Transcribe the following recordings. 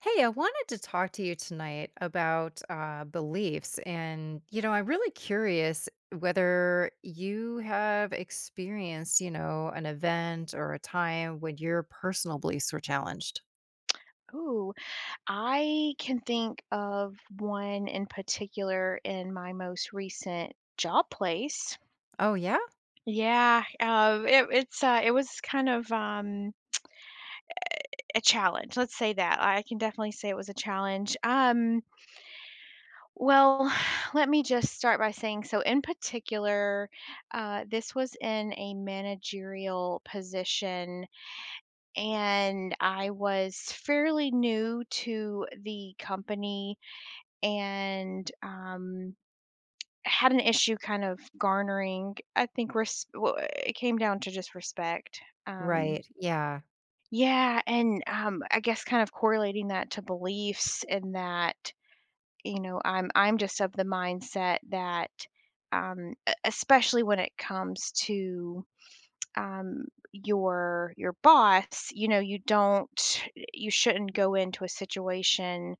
Hey, I wanted to talk to you tonight about beliefs. And, you know, I'm really curious whether you have experienced, you know, an event or a time when your personal beliefs were challenged. Ooh, I can think of one in particular in my most recent job place. Oh, yeah. Yeah, it was kind of a challenge. Let's say that I can definitely say it was a challenge. Well, let me just start by saying so. In particular, this was in a managerial position, and I was fairly new to the company and had an issue kind of garnering, I think, well, it came down to just respect. Um, Right. Yeah. yeah, and I guess kind of correlating that to beliefs in that I'm just of the mindset that especially when it comes to um, your boss, you know, you don't you shouldn't go into a situation,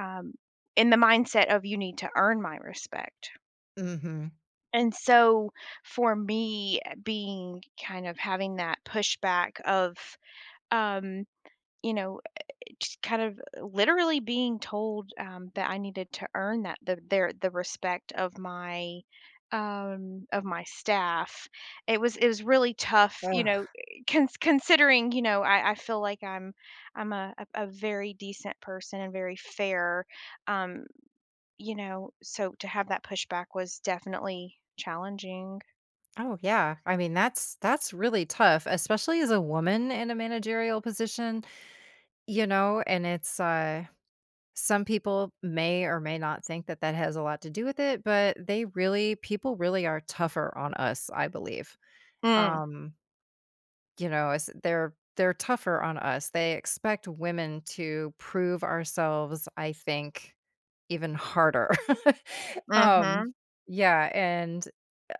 um, in the mindset of you need to earn my respect. hmm And so for me, being kind of having that pushback of, um, you know, just kind of literally being told that I needed to earn that the their the respect of my staff. It was really tough, you Oh, know, considering, you know, I feel like I'm a, a very decent person and very fair. um you know, so to have that pushback was definitely challenging. oh yeah. I mean, that's really tough, especially as a woman in a managerial position, you know, and it's uh. Some people may or may not think that that has a lot to do with it, but they really, people really are tougher on us, I believe. Mm, Um, you know, it's they're tougher on us. They expect women to prove ourselves, I think, even harder. um, mhm. yeah, and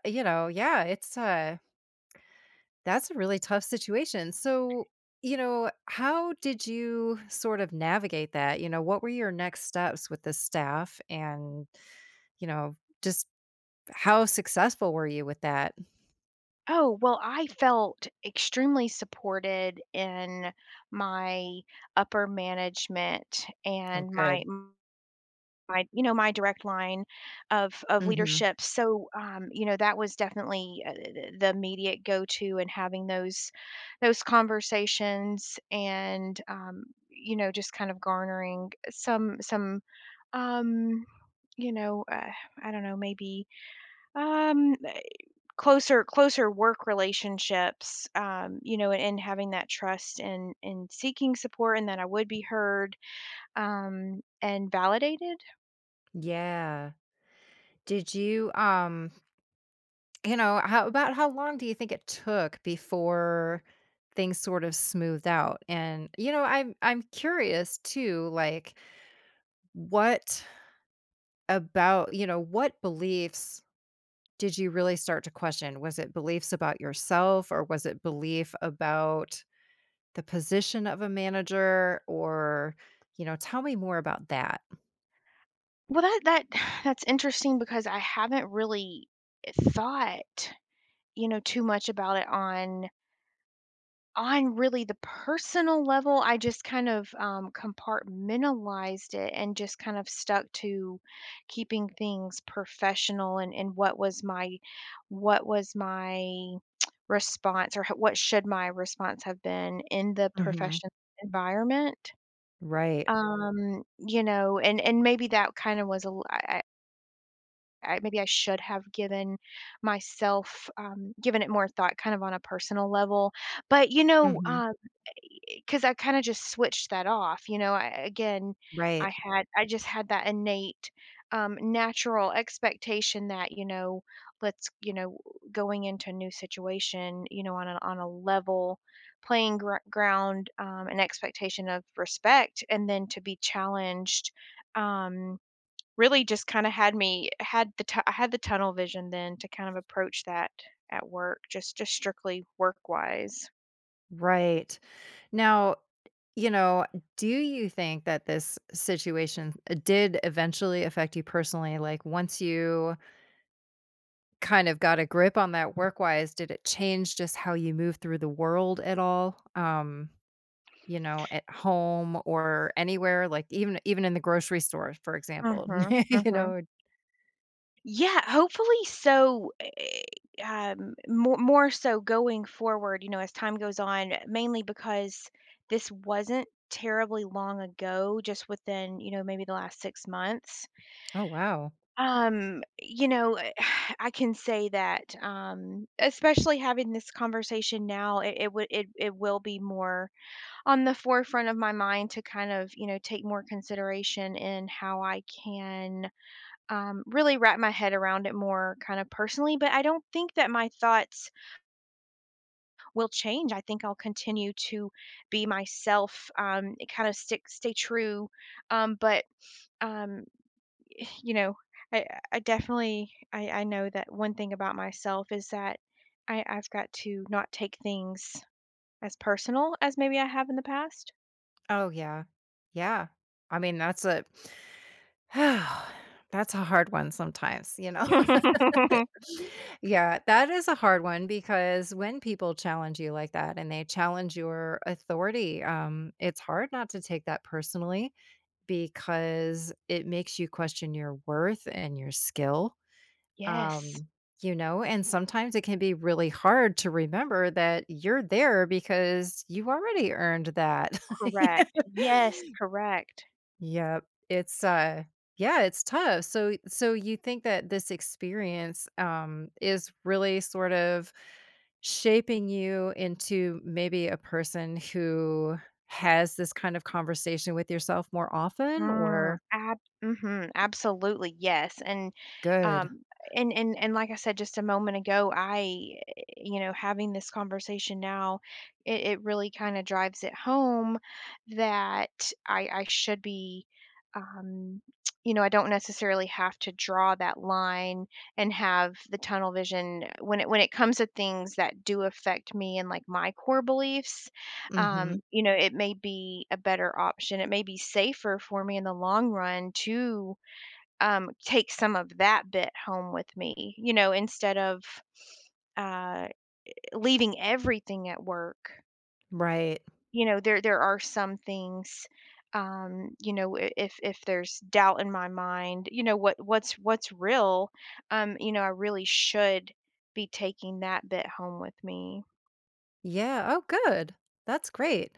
you know, yeah, it's uh, that's a really tough situation. So, you know, how did you sort of navigate that? You know, what were your next steps with the staff and, you know, just how successful were you with that? Oh, well, I felt extremely supported in my upper management Oh, and my good. my you know, my direct line of Mhm. leadership. So, you know, that was definitely, the immediate go-to, and having those conversations and, you know, just kind of garnering some, um, you know, I don't know, maybe, um closer work relationships, you know, and having that trust and seeking support and that I would be heard, and validated. Yeah. Did you you know, how about how long do you think it took before things sort of smoothed out? And, you know, I'm curious too, like what about, you know, what beliefs. Did you really start to question, was it beliefs about yourself or was it belief about the position of a manager or, you know, tell me more about that. Well, that that's interesting because I haven't really thought, you know, too much about it on really the personal level. I just kind of compartmentalized it and just kind of stuck to keeping things professional and what was my response, or what should my response have been in the Mhm. professional environment. Right. You know, and maybe that kind of was I, maybe I should have given myself, given it more thought, kind of on a personal level. But you know, Mhm. 'Cause I kinda just switched that off, you know, I Right. had I just had that innate, natural expectation that, you know, let's you know, going into a new situation, you know, on a level playing gr ground, an expectation of respect, and then to be challenged, um, really just kinda had me had the tu I had the tunnel vision then to kind of approach that at work, just strictly work-wise. Right. Now, you know, do you think that this situation did eventually affect you personally? Like once you kind of got a grip on that work wise, did it change just how you move through the world at all? Um, you know, at home or anywhere, like even in the grocery store, for example, Mhm, you mhm. know? Yeah, hopefully so. More so going forward, you know, as time goes on, mainly because this wasn't terribly long ago, just within, you know, maybe the last 6 months. Oh, wow. You know, I can say that, especially having this conversation now, it would it it will be more on the forefront of my mind to kind of you know take more consideration in how I can, really wrap my head around it more kind of personally, but I don't think that my thoughts will change. I think I'll continue to be myself, kind of stay true. But, um, you know, I, I definitely, I know that one thing about myself is that, I've got to not take things as personal as maybe I have in the past. Oh, yeah. Yeah. I mean, that's a that's a hard one sometimes, you know? Yeah, that is a hard one because when people challenge you like that and they challenge your authority, it's hard not to take that personally because it makes you question your worth and your skill. Yes, Um, you know, and sometimes it can be really hard to remember that you're there because you already earned that. You correct. know? Yes, correct. Yep. It's uh, yeah, it's tough. So so you think that this experience is really sort of shaping you into maybe a person who has this kind of conversation with yourself more often Mm, or, ab Mhm, absolutely, yes, and, good. um, and like I said just a moment ago, you know, having this conversation now, it really kinda drives it home that I should be, um, you know, I don't necessarily have to draw that line and have the tunnel vision when it comes to things that do affect me and, like, my core beliefs. Mhm. You know, it may be a better option. It may be safer for me in the long run to, take some of that bit home with me, you know, instead of, uh, leaving everything at work. Right. You know, there are some things. You know, if there's doubt in my mind, you know, what's real. You know, I really should be taking that bit home with me. Yeah, oh good. That's great.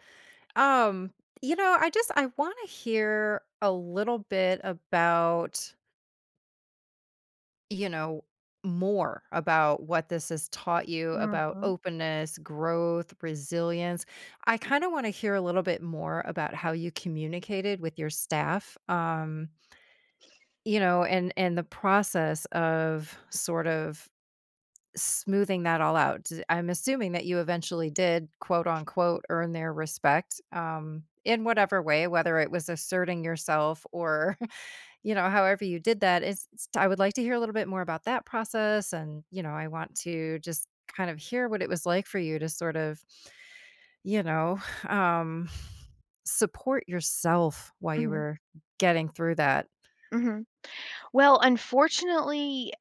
Um, you know, I want to hear a little bit about, you know, more about what this has taught you hmm about hmm openness, growth, resilience. I kind of want to hear a little bit more about how you communicated with your staff, you know, and the process of sort of smoothing that all out. D, I'm assuming that you eventually did, quote, unquote, "earn their respect," in whatever way, whether it was asserting yourself or, you know, however you did that. Is, I would like to hear a little bit more about that process, and, you know, I want to just kind of hear what it was like for you to sort of, you know, um, support yourself while you were getting through that. hmm Well, unfortunately,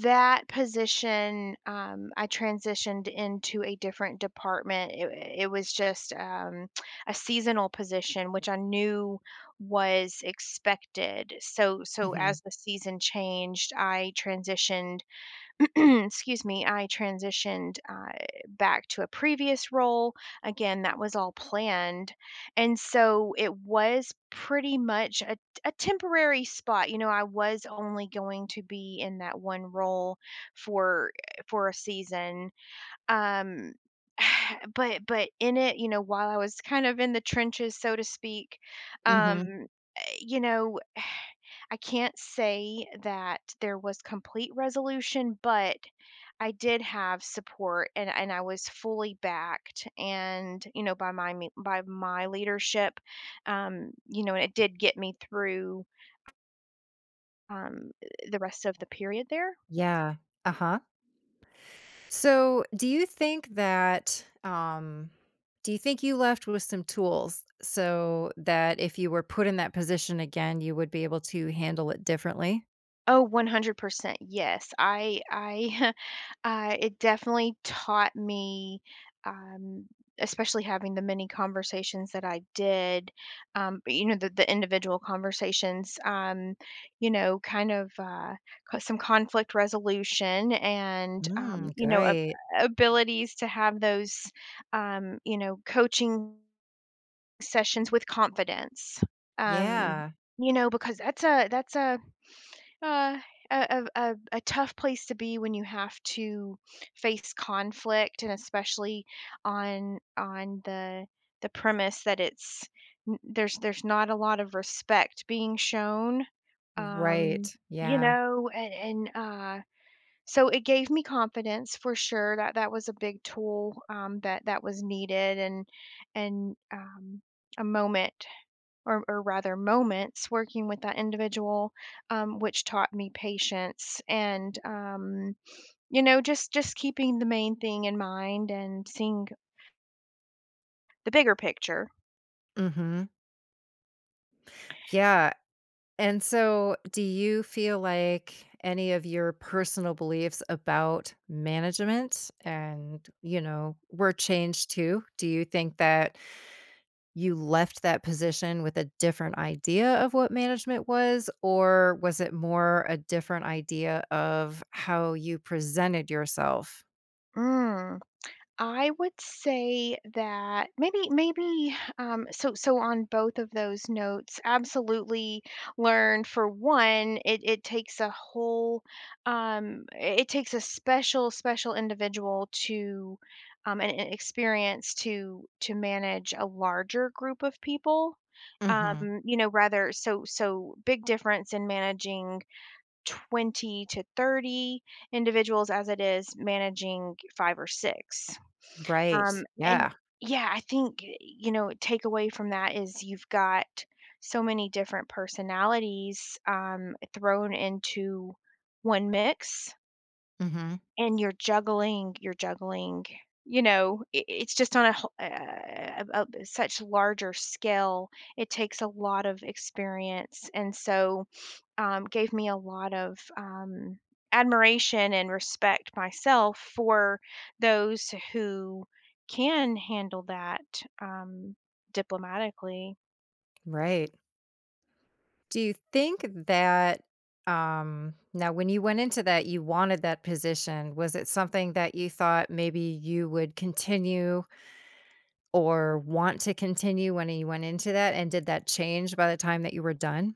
that position, I transitioned into a different department. It was just, a seasonal position, which I knew was expected. So, so Mhm, as the season changed, I transitioned excuse me, I transitioned back to a previous role. Again, that was all planned. And so it was pretty much a temporary spot. You know, I was only going to be in that one role for for a season. Um but in it, you know, while I was kind of in the trenches, so to speak, um mhm. You know, I can't say that there was complete resolution, but I did have support and I was fully backed and, you know, by by my leadership, you know, and it did get me through, um, the rest of the period there. Yeah. Uh-huh. So, do you think that um, do you think you left with some tools so that if you were put in that position again, you would be able to handle it differently? Oh, 100%. Yes. I it definitely taught me, um especially having the many conversations that I did, but, you know, the individual conversations, you know, kind of some conflict resolution and, Mm, you know, great. abilities to have those, you know, coaching sessions with confidence. Um, Yeah. you know, because that's uh, a tough place to be when you have to face conflict, and especially on the premise that there's not a lot of respect being shown. um Right. you Yeah. know, and so it gave me confidence for sure that that was a big tool, that that was needed, and a moment, or rather moments working with that individual, which taught me patience and, you know, just keeping the main thing in mind and seeing the bigger picture. Mhm. Yeah. And so, do you feel like any of your personal beliefs about management and, you know, were changed too? Do you think that you left that position with a different idea of what management was, or was it more a different idea of how you presented yourself? mm. I would say that maybe, so so on both of those notes, absolutely. Learn for one, it takes a whole, it it takes a special individual to, and experience to manage a larger group of people. Mhm. You know, rather so so big difference in managing 20 to 30 individuals as it is managing five or six. Right. And Yeah. yeah, I think, you know, takeaway from that is you've got so many different personalities, thrown into one mix, Mhm. and you're juggling, you know, it it's just on a wh a such larger scale. It takes a lot of experience, and so, gave me a lot of, admiration and respect myself for those who can handle that, um, diplomatically. Right. Do you think that, um, now when you went into that, you wanted that position, was it something that you thought maybe you would continue or want to continue when you went into that, and did that change by the time that you were done?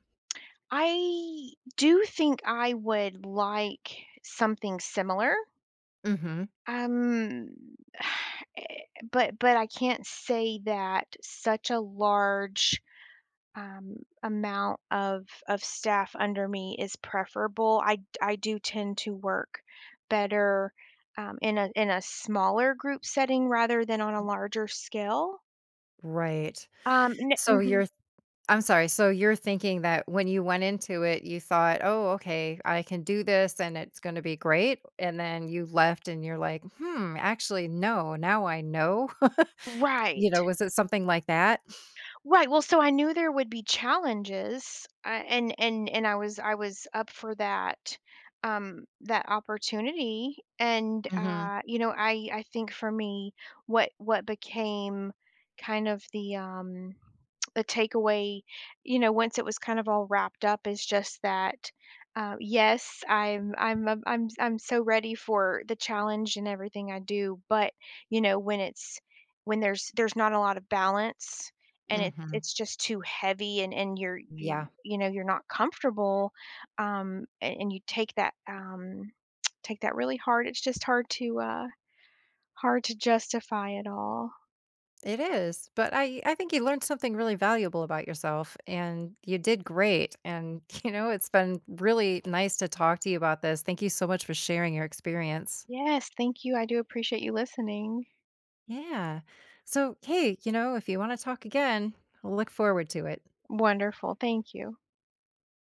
I do think I would like something similar. Mhm. Um, eh, but I can't say that such a large, um, amount of staff under me is preferable. I do tend to work better, in a smaller group setting rather than on a larger scale. Right. N So Mhm. you're, I'm sorry. So you're thinking that when you went into it, you thought, "Oh, okay, I can do this and it's going to be great." And then you left and you're like, "Hmm, actually no, now I know." You Right. know, was it something like that? Right, well, so I knew there would be challenges, and I was up for that, that opportunity, and, Mhm. You know, I think for me, what became kind of the takeaway, you know, once it was kind of all wrapped up is just that, yes, I'm so ready for the challenge and everything I do, but, you know, when it's when there's not a lot of balance, and Mhm. it's just too heavy, and you're you Yeah. you know you're not comfortable, and you take that, take that really hard. It's just hard to, hard to justify it all. It is. But I think you learned something really valuable about yourself and you did great. And you know, it's been really nice to talk to you about this. Thank you so much for sharing your experience. Yes, thank you, I do appreciate you listening. Yeah. So, hey, you know, if you want to talk again, look forward to it. Wonderful, thank you.